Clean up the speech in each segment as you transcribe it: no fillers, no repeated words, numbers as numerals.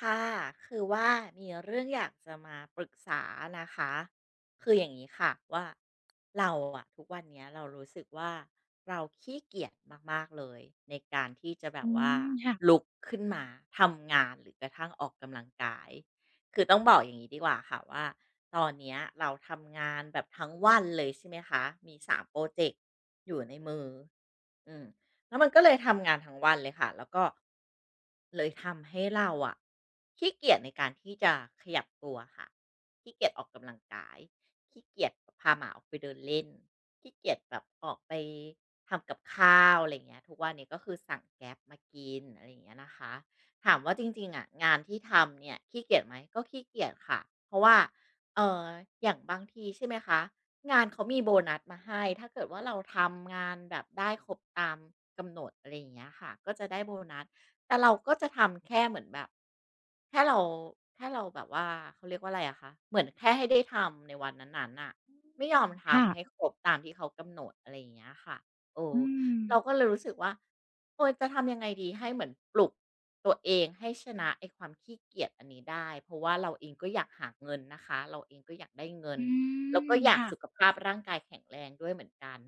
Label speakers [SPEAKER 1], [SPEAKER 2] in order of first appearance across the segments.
[SPEAKER 1] ค่ะคือว่ามีเรื่องอยากจะมาปรึกษานะคะคืออย่างนี้ค่ะว่าเราอะทุกวันเนี้ยเรารู้สึกว่าเราขี้เกียจมากๆเลยในการที่จะแบ
[SPEAKER 2] อื
[SPEAKER 1] บว่า
[SPEAKER 2] มค่ะ
[SPEAKER 1] ลุกขึ้นมาทำงานหรือกระทั่งออกกำลังกายคือต้องบอกอย่างนี้ดีกว่าค่ะว่าตอนเนี้ยเราทำงานแบบทั้งวันเลยใช่ไหมคะมีสามโปรเจกต์อยู่ในมืออืม แล้วมันก็เลยทำงานทั้งวันเลยค่ะ แล้วก็เลยทำให้เราอะขี้เกียจในการที่จะขยับตัวค่ะขี้เกียจออกกำลังกายขี้เกียจพาหมาออกไปเดินเล่นขี้เกียจแบบออกไปทำกับข้าวอะไรอเงี้ยทุกวันนี้ก็คือสั่งแก๊ปมากินอะไรอย่างเงี้ยนะคะ ถามว่าจริงๆอะงานที่ทำเนี่ยขี้เกียจไหมก็ขี้เกียจค่ะเพราะว่าเอออย่างบางทีใช่ไหมคะ งานเขามีโบนัสมาให้ถ้าเกิดว่าเราทำงานแบบได้ครบตามกำหนดอะไรอย่างเงี้ยค่ะก็จะได้โบนัสแต่เราก็จะทำแค่เหมือนแบบแค่เราแค่เราแบบว่าเขาเรียกว่าอะไรอะคะเหมือนแค่ให้ได้ทำในวันนั้นๆน่ะ
[SPEAKER 2] อ
[SPEAKER 1] ไม่
[SPEAKER 2] ื
[SPEAKER 1] ยอ
[SPEAKER 2] ม
[SPEAKER 1] ม
[SPEAKER 2] ค่ะ
[SPEAKER 1] ทำให้ครบตามที่เขากำหนดอะไรอย่างเงี้ยค่ะเออ
[SPEAKER 2] อืม
[SPEAKER 1] เราก็เลยรู้สึกว่าเออจะทำยังไงดีให้เหมือนปลุกตัวเองให้ชนะไอ้ความขี้เกียจอันนี้ได้เพราะว่าเราเองก็อยากหาเงินนะคะเราเองก็อยากได้เงิน
[SPEAKER 2] อื
[SPEAKER 1] แล้ว
[SPEAKER 2] ม
[SPEAKER 1] ก็อยาก
[SPEAKER 2] ค่ะ
[SPEAKER 1] สุขภาพร่างกายแข็งแรงด้วยเหมือนกัน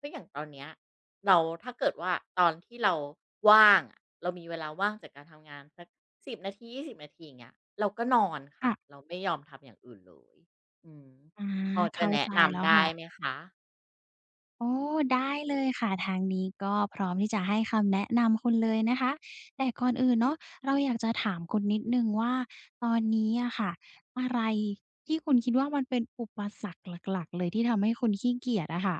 [SPEAKER 1] ก็อย่างตอนเนี้ยเราถ้าเกิดว่าตอนที่เราว่างอะเรามีเวลาว่างจากการทำงานสัก10นาที20นาทีอย่างเงี้ยเราก็นอนค่ะ
[SPEAKER 2] ค่ะ
[SPEAKER 1] เราไม่ยอมทำอย่างอื่นเลยอืม
[SPEAKER 2] อา
[SPEAKER 1] พอจะ
[SPEAKER 2] เข้า
[SPEAKER 1] แนะ
[SPEAKER 2] ใจแล้ว
[SPEAKER 1] นำได้
[SPEAKER 2] ค่ะ
[SPEAKER 1] ไหมคะ
[SPEAKER 2] โอ้ได้เลยค่ะทางนี้ก็พร้อมที่จะให้คำแนะนำคุณเลยนะคะแต่ก่อนอื่นเนาะเราอยากจะถามคุณนิดหนึ่งว่าตอนนี้อะค่ะอะไรที่คุณคิดว่ามันเป็นอุปสรรคหลักๆเลยที่ทำให้คุณขี้เกียจอะค่ะ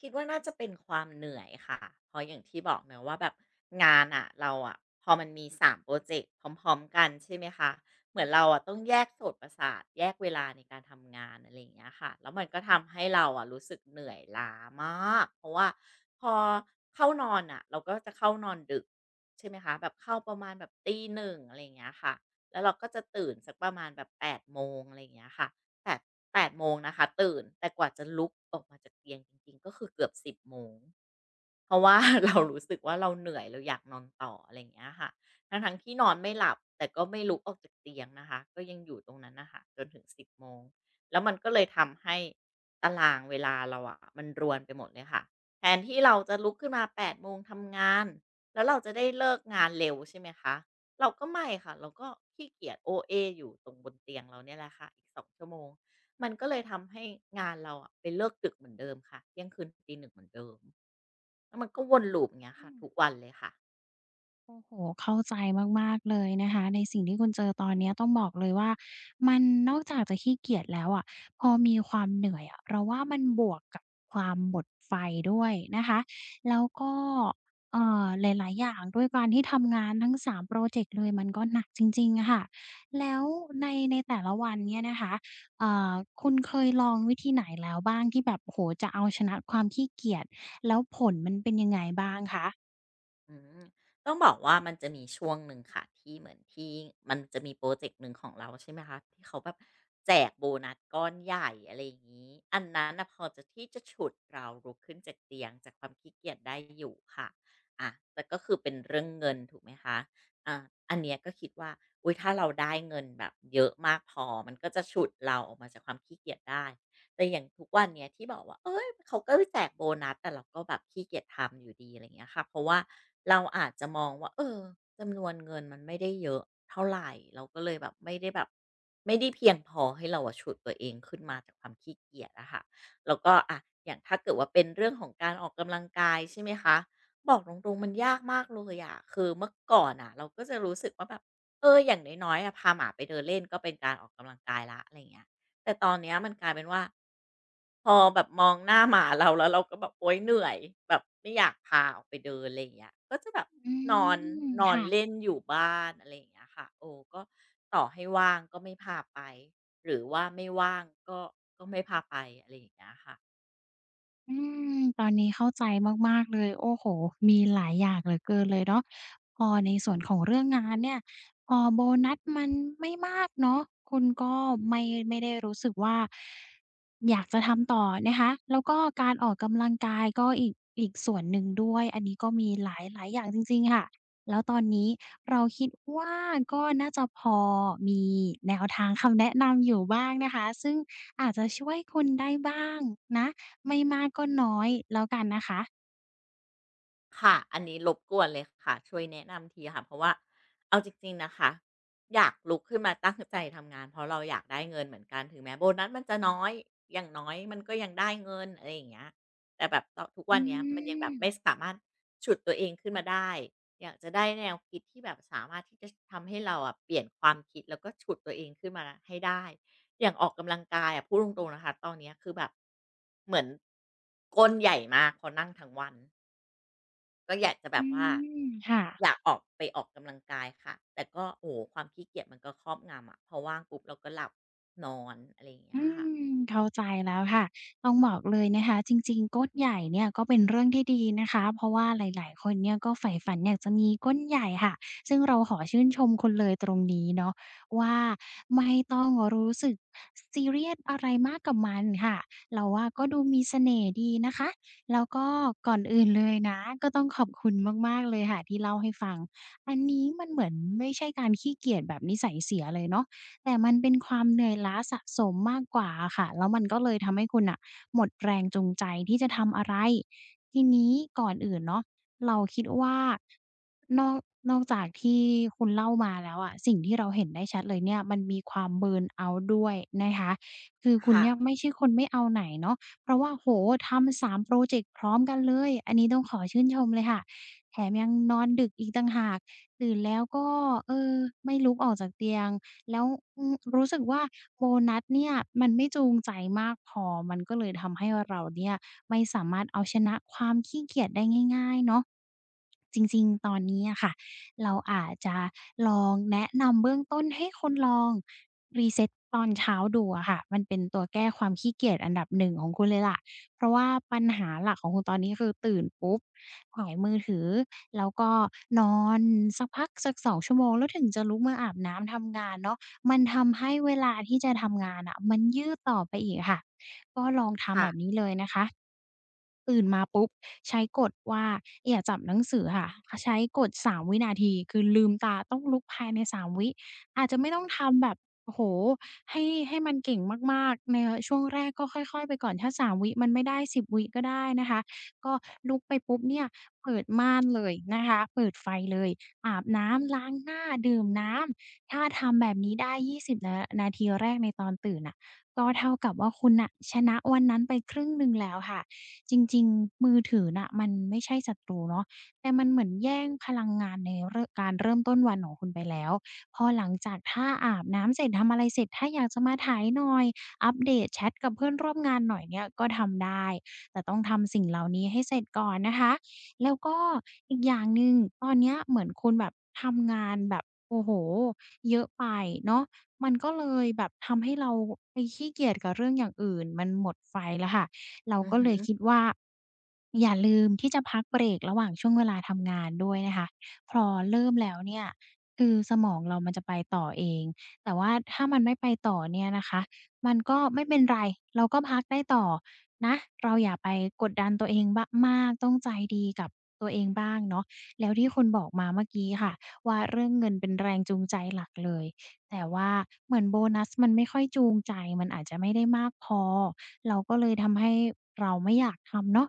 [SPEAKER 1] คิดว่าน่าจะเป็นความเหนื่อยค่ะ เพราะอย่างที่บอกเนอะว่าแบบงานอะเราอะพอมันมีสามโปรเจกต์พร้อมๆกันใช่ไหมคะเหมือนเราอะต้องแยกโสตประสาทแยกเวลาในการทำงานอะไรอย่างเงี้ยค่ะแล้วมันก็ทำให้เราอะรู้สึกเหนื่อยล้ามากเพราะว่าพอเข้านอนอะเราก็จะเข้านอนดึกใช่ไหมคะแบบเข้าประมาณแบบตีหนึ่งอะไรอย่างเงี้ยค่ะแล้วเราก็จะตื่นสักประมาณแบบแปดโมงอะไรอย่างเงี้ยค่ะ แปดแปดโมงนะคะตื่นแต่กว่าจะลุกออกมาจากเตียงจริงๆก็คือเกือบ10โมงเพราะว่า เรารู้สึกว่าเราเหนื่อยเราอยากนอนต่ออะไรอย่างเงี้ยค่ะทั้งๆที่นอนไม่หลับแต่ก็ไม่ลุกออกจากเตียงนะคะก็ยังอยู่ตรงนั้นนะคะจนถึง10โมงแล้วมันก็เลยทำให้ตารางเวลาเราอะมันรวนไปหมดเลยค่ะแทนที่เราจะลุกขึ้นมา8โมงทำงานแล้วเราจะได้เลิกงานเร็วใช่ไหมคะ เราก็ไม่ค่ะเราก็ขี้เกียจโอเออยู่ตรงบนเตียงเราเนี่ยแหละค่ะอีก2ชั่วโมงมันก็เลยทำให้งานเราอะไปเลิกดึกเหมือนเดิมค่ะเที่ยงคืนตีหนึ่งเหมือนเดิมแล้วมันก็วนลูปอย่างเงี้ย
[SPEAKER 2] อื
[SPEAKER 1] ค่ะ
[SPEAKER 2] ม
[SPEAKER 1] ทุกวันเลยค่ะ
[SPEAKER 2] โอ้โห เข้าใจมากๆเลยนะคะในสิ่งที่คุณเจอตอนเนี้ยต้องบอกเลยว่ามันนอกจากจะขี้เกียจแล้วอะพอมีความเหนื่อยอะเราว่ามันบวกกับความหมดไฟด้วยนะคะแล้วก็หลายๆอย่างด้วยการที่ทำงานทั้ง3พรอเจกต์เลยมันก็หนักจริงๆอะค่ะแล้วในในแต่ละวันเนี่ยนะคะเอ่อคุณเคยลองวิธีไหนแล้วบ้างที่แบบโอ้โฮจะเอาชนะความขี้เกียจแล้วผลมันเป็นยังไงบ้างคะ
[SPEAKER 1] อืมต้องบอกว่ามันจะมีช่วงหนึ่งค่ะที่เหมือนที่มันจะมีโปรเจกต์หนึ่งของเราใช่ไหมคะที่เขาแบบแจกโบนัสก้อนใหญ่อะไรอย่างนี้อันนั้นนะพอจะที่จะฉุดเราลุกขึ้นจากเตียงจากความขี้เกียจได้อยู่ค่ะอะแต่ก็คือเป็นเรื่องเงินถูกไหมคะอ่าอันเนี้ยก็คิดว่าอุ้ยถ้าเราได้เงินแบบเยอะมากพอมันก็จะฉุดเราออกมาจากความขี้เกียจได้ แต่อย่างทุกวันเนี้ยที่บอกว่าเอ้ยเขาก็แจกโบนัสแต่เราก็แบบขี้เกียจทำอยู่ดีอะไรเงี้ยค่ะเพราะว่าเราอาจจะมองว่าเออจำนวนเงินมันไม่ได้เยอะเท่าไหรเราก็เลยแบบไม่ได้เพียงพอให้เราอะฉุดตัวเองขึ้นมาจากความขี้เกียจอะค่ะแล้วก็อะอย่างถ้าเกิดว่าเป็นเรื่องของการออกกำลังกายใช่ไหมคะบอกตรงๆมันยากมากเลยอะคือเมื่อก่อนน่ะเราก็จะรู้สึกว่าแบบเอออย่างน้อยๆอะพาหมาไปเดินเล่นก็เป็นการออกกำลังกายละอะไรเงี้ย แต่ตอนเนี้ยมันกลายเป็นว่าพอแบบมองหน้าหมาเราแล้วเราก็แบบโอ๊ยเหนื่อยแบบไม่อยากพาออกไปเดินอะไรอย่างเงี้ยก็จะแบบ
[SPEAKER 2] อื
[SPEAKER 1] นอน
[SPEAKER 2] ม
[SPEAKER 1] นอน
[SPEAKER 2] ค่ะ
[SPEAKER 1] เล่นอยู่บ้านอะไรอย่างเงี้ยค่ะโอ้ก็ต่อให้ว่างก็ไม่พาไปหรือว่าไม่ว่างก็ก็ไม่พาไปอะไรอย่างเงี้ยค่ะ
[SPEAKER 2] อืมตอนนี้เข้าใจมากๆเลยโอ้โฮมีหลายอย่างเหลือเกินเลยเนาะพอในส่วนของเรื่องงานเนี่ยพอโบนัสมันไม่มากเนาะคุณก็ไม่ไม่ได้รู้สึกว่าอยากจะทำต่อนะคะแล้วก็การออกกำลังกายก็อีกส่วนหนึ่งด้วยอันนี้ก็มีหลายหลายอย่างจริงๆค่ะแล้วตอนนี้เราคิดว่าก็น่าจะพอมีแนวทางคำแนะนำอยู่บ้างนะคะซึ่งอาจจะช่วยคุณได้บ้างนะ ไม่มากก็น้อยแล้วกันนะคะ
[SPEAKER 1] ค่ะ อันนี้รบกวนเลยค่ะ ช่วยแนะนำทีค่ะ เพราะว่าเอาจริงๆนะคะอยากลุกขึ้นมาตั้งใจทำงานเพราะเราอยากได้เงินเหมือนกันถึงแม้โบนัสมันจะน้อยอย่างน้อยมันก็ยังได้เงินอะไรอย่างเงี้ยแต่แบบตอทุก
[SPEAKER 2] อื
[SPEAKER 1] วันเนี้ยมันยังแบบ
[SPEAKER 2] ม
[SPEAKER 1] ไม่สามารถฉุดตัวเองขึ้นมาได้อยากจะได้แนวคิดที่แบบสามารถที่จะทำให้เราอะเปลี่ยนความคิดแล้วก็ฉุดตัวเองขึ้นมาให้ได้อย่างออกกำลังกายอะพูดตรงๆนะคะตอนเนี้ยคือแบบเหมือนก้นใหญ่มากเพราะนั่งทั้งวัน ก็อยากจะแบ
[SPEAKER 2] อื
[SPEAKER 1] บว่า
[SPEAKER 2] ม ค่ะ
[SPEAKER 1] อยากออกไปออกกำลังกายค่ะแต่ก็โอ้โฮความขี้เกียจมันก็ครอบงำอะพอว่างปุ๊บเราก็หลับนอนอะไรอย่างเงี้
[SPEAKER 2] อื
[SPEAKER 1] ยค่ะ
[SPEAKER 2] มเข้าใจแล้วค่ะต้องบอกเลยนะคะจริงๆก้นใหญ่เนี่ยก็เป็นเรื่องที่ดีนะคะเพราะว่าหลายๆคนเนี่ยก็ใฝ่ฝันอยากจะมีก้นใหญ่ค่ะซึ่งเราขอชื่นชมคุณเลยตรงนี้เนาะว่าไม่ต้องรู้สึกซีเรียสอะไรมากกับมันค่ะเราว่าก็ดูมีเสน่ห์ดีนะคะแล้วก็ก่อนอื่นเลยนะก็ต้องขอบคุณมากๆเลยค่ะที่เล่าให้ฟังอันนี้มันเหมือนไม่ใช่การขี้เกียจแบบนิสัยเสียเลยเนาะ แต่มันเป็นความเหนื่อยล้าสะสมมากกว่าอะค่ะแล้วมันก็เลยทำให้คุณน่ะหมดแรงจูงใจที่จะทำอะไรทีนี้ก่อนอื่นเนาะเราคิดว่านอกจากที่คุณเล่ามาแล้วอะสิ่งที่เราเห็นได้ชัดเลยเนี่ยมันมีความเบิร์นเอาต์ด้วยนะคะคือคุณ
[SPEAKER 1] ค่ะ
[SPEAKER 2] เนี่ยไม่ใช่คนไม่เอาไหนเนาะเพราะว่าโอ้โฮทำ3พรอเจกต์พร้อมกันเลยอันนี้ต้องขอชื่นชมเลยค่ะแถมยังนอนดึกอีกต่างหากตื่นแล้วก็เออไม่ลุกออกจากเตียง แล้วอืมรู้สึกว่าโบนัสเนี่ยมันไม่จูงใจมากพอมันก็เลยทำให้เราเนี่ยไม่สามารถเอาชนะความขี้เกียจได้ง่ายๆเนาะจริงๆตอนนี้อะค่ะเราอาจจะลองแนะนำเบื้องต้นให้คุณลอง reset ตอนเช้าดูอะค่ะมันเป็นตัวแก้ความขี้เกียจอันดับหนึ่งของคุณเลยล่ะเพราะว่าปัญหาหลักของคุณตอนนี้คือตื่นปุ๊บ ถ่ายมือถือแล้วก็นอนสักพักสัก2ชั่วโมงแล้วถึงจะลุกมาอาบน้ำทำงานเนาะมันทำให้เวลาที่จะทำงานอะมันยืดต่อไปอีกค่ะก็ลองทำ
[SPEAKER 1] ค่ะ
[SPEAKER 2] แบบนี้เลยนะคะ ตื่นมาปุ๊บใช้กฎว่าอย่าจับหนังสือค่ะใช้กฎ3 วินาทีคือลืมตาต้องลุกภายในสามวิอาจจะไม่ต้องทำแบบโอ้โฮให้ให้มันเก่งมากๆในช่วงแรกก็ค่อยๆไปก่อนถ้าสามวิมันไม่ได้10 วิก็ได้นะคะก็ลุกไปปุ๊บเนี่ยเปิดม่านเลยนะคะเปิดไฟเลยอาบน้ำล้างหน้าดื่มน้ำถ้าทำแบบนี้ได้20นานาทีแรกในตอนตื่นน่ะก็เท่ากับว่าคุณน่ะชนะวันนั้นไปครึ่งหนึ่งแล้วค่ะ จริงๆมือถือน่ะมันไม่ใช่ศัตรูเนาะแต่มันเหมือนแย่งพลังงานในเริ่มการเริ่มต้นวันของคุณไปแล้วพอหลังจากถ้าอาบน้ำเสร็จทำอะไรเสร็จถ้าอยากจะมาไถหน่อยอัปเดตแชตกับเพื่อนร่วมงานหน่อยเนี่ยก็ทำได้แต่ต้องทำสิ่งเหล่านี้ให้เสร็จก่อนนะคะแล้วก็อีกอย่างหนึ่งตอนเนี้ยเหมือนคุณแบบทำงานแบบโอ้โฮเยอะไปเนาะมันก็เลยแบบทำให้เราไปขี้เกียจกับเรื่องอย่างอื่นมันหมดไฟแล้วค่ะ เรา
[SPEAKER 1] อือ
[SPEAKER 2] ก็เล
[SPEAKER 1] ฮึ
[SPEAKER 2] ยคิดว่าอย่าลืมที่จะพักเบรกระหว่างช่วงเวลาทำงานด้วยนะคะพอเริ่มแล้วเนี่ยคือสมองเรามันจะไปต่อเองแต่ว่าถ้ามันไม่ไปต่อเนี่ยนะคะมันก็ไม่เป็นไรเราก็พักได้ต่อนะเราอย่าไปกดดันตัวเองบะมากต้องใจดีกับตัวเองบ้างเนาะแล้วที่คุณบอกมาเมื่อกี้ค่ะว่าเรื่องเงินเป็นแรงจูงใจหลักเลยแต่ว่าเหมือนโบนัสมันไม่ค่อยจูงใจมันอาจจะไม่ได้มากพอ เราก็เลยทำให้เราไม่อยากทำเนาะ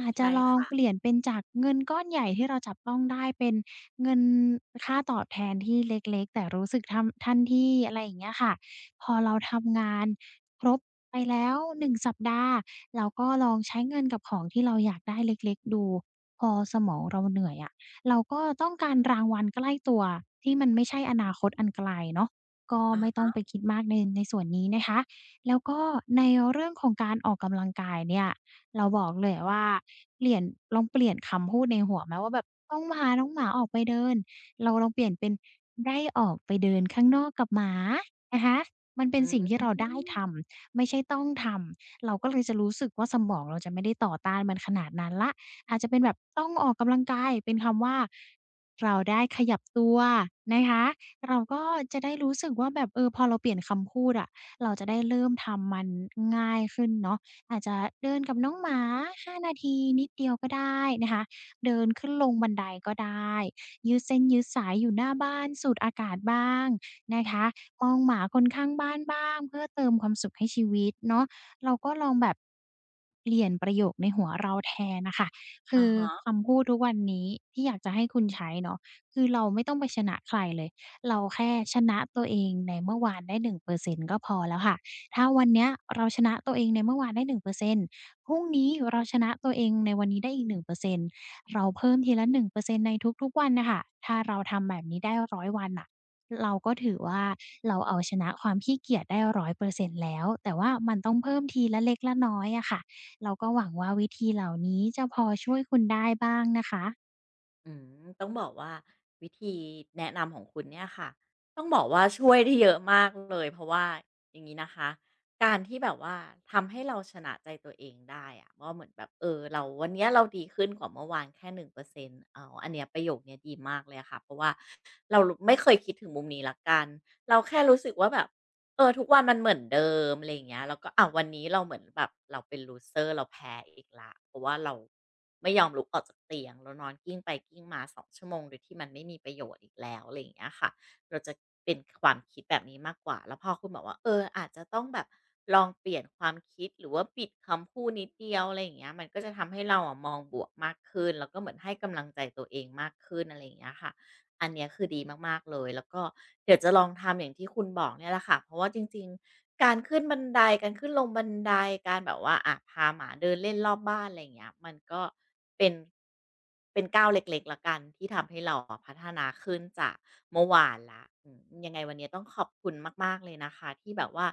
[SPEAKER 2] อาจจะ
[SPEAKER 1] ใช่
[SPEAKER 2] ลอง
[SPEAKER 1] ค่ะ
[SPEAKER 2] เปลี่ยนเป็นจากเงินก้อนใหญ่ที่เราจับต้องได้เป็นเงินค่าตอบแทนที่เล็กๆแต่รู้สึกทำทันทีอะไรอย่างเงี้ยค่ะพอเราทำงานครบไปแล้ว1 สัปดาห์เราก็ลองใช้เงินกับของที่เราอยากได้เล็กๆดูพอสมองเราเหนื่อยอะเราก็ต้องการรางวัลใกล้ตัวที่มันไม่ใช่อนาคต
[SPEAKER 1] อือ
[SPEAKER 2] อันไกลเนาะก็
[SPEAKER 1] อะ
[SPEAKER 2] ไม่ต้องไป
[SPEAKER 1] ฮะ
[SPEAKER 2] คิดมากในส่วนนี้นะคะ แล้วก็ในเรื่องของการออกกำลังกายเนี่ยเราบอกเลยว่าเปลี่ยนลองเปลี่ยนคำพูดในหัวไหมว่าแบบต้องพาน้องหมาออกไปเดินเราลองเปลี่ยนเป็นได้ออกไปเดินข้างนอกกับหมานะคะมันเป็
[SPEAKER 1] อื
[SPEAKER 2] นสิ่งที่
[SPEAKER 1] ม
[SPEAKER 2] เราได้ทำไม่ใช่ต้องทำเราก็เลยจะรู้สึกว่าสมองเราจะไม่ได้ต่อต้านมันขนาดนั้นแล้วอาจจะเป็นแบบต้องออกกำลังกายเป็นคำว่าเราได้ขยับตัวนะคะเราก็จะได้รู้สึกว่าแบบเออพอเราเปลี่ยนคำพูดอะ เราจะได้เริ่มทำมันง่ายขึ้นเนาะอาจจะเดินกับน้องหมา 5 นาทีนิดเดียวก็ได้นะคะเดินขึ้นลงบันไดก็ได้ยืดเส้นยืดสายอยู่หน้าบ้านสูดอากาศบ้างนะคะมองหมาคนข้างบ้านบ้างเพื่อเติมความสุขให้ชีวิตเนาะเราก็ลองแบบเปลี่ยนประโยคในหัวเราแทนน่ะค่ะคื
[SPEAKER 1] อะ
[SPEAKER 2] อ
[SPEAKER 1] ฮะ
[SPEAKER 2] คำพูดทุกวันนี้ที่อยากจะให้คุณใช้เนาะคือเราไม่ต้องไปชนะใครเลย เราแค่ชนะตัวเองในเมื่อวานได้1%ก็พอแล้วค่ะถ้าวันเนี้ยเราชนะตัวเองในเมื่อวานได้1%พรุ่งนี้เราชนะตัวเองในวันนี้ได้อีก1%เปอรเซ็นต์เราเพิ่มทีละ1%ในทุกๆวันน่ะค่ะถ้าเราทำแบบนี้ได้100 วันน่ะเราก็ถือว่าเราเอาชนะความขี้เกียจได้100%แล้วแต่ว่ามันต้องเพิ่มทีละเล็กละน้อยอะค่ะเราก็หวังว่าวิธีเหล่านี้จะพอช่วยคุณได้บ้างนะคะ
[SPEAKER 1] อืมต้องบอกว่าวิธีแนะนำของคุณเนี่ยค่ะต้องบอกว่าช่วยได้เยอะมากเลยเพราะว่าอย่างนี้นะคะการที่แบบว่าทำให้เราชนะใจตัวเองได้อะว่าเหมือนแบบเออเราวันเนี้ยเราดีขึ้นกว่าเมื่อวานแค่หนึ่งเปอ้าวอันเนี้ยประโยคเนี้ยดีมากเลยอะค่ะเพราะว่าเราไม่เคยคิดถึงมุมนี้ละกันเราแค่รู้สึกว่าแบบ เออทุกวันมันเหมือนเดิมอะไรอย่างเงี้ยแล้วก็อ้าววันนี้เราเหมือนแบบเราเป็น loser เราแพ้อีกแล้วเพราะว่าเราไม่ยอมลุกออกจากเตียงเรานอนกลิ้งไปกลิ้งมา2ชั่วโมงโดยที่มันไม่มีประโยชน์อีกแล้วอะไรอย่างเงี้ยค่ะเราจะเป็นความคิดแบบนี้มากกว่าแล้วพอคุณบอกว่าเอออาจจะต้องแบบลองเปลี่ยนความคิดหรือว่าบิดคำพูดนิดเดียวอะไรอย่างเงี้ยมันก็จะทำให้เราอะมองบวกมากขึ้นแล้วก็เหมือนให้กำลังใจตัวเองมากขึ้นอะไรอย่างเงี้ยค่ะ อันเนี้ยคือดีมากๆเลยแล้วก็เดี๋ยวจะลองทำอย่างที่คุณบอกเนี่ยแหละค่ะเพราะว่าจริงๆการขึ้นบันไดการขึ้นลงบันไดการแบบว่าอะพาหมาเดินเล่นรอบบ้านอะไรอย่างเงี้ยมันก็เป็นเป็นก้าวเล็กๆแล้วกันที่ทำให้เราอะพัฒนาขึ้นจากเมื่อวานละอืมยังไงวันนี้ต้องขอบคุณมากๆเลยนะคะที่แบบว่า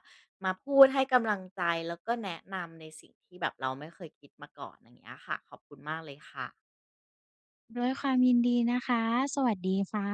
[SPEAKER 1] มาพูดให้กำลังใจแล้วก็แนะนำในสิ่งที่แบบเราไม่เคยคิดมาก่อนอย่างเงี้ยค่ะขอบคุณมากเลยค่ะ
[SPEAKER 2] ด้วยความยินดีนะคะสวัสดีค่ะ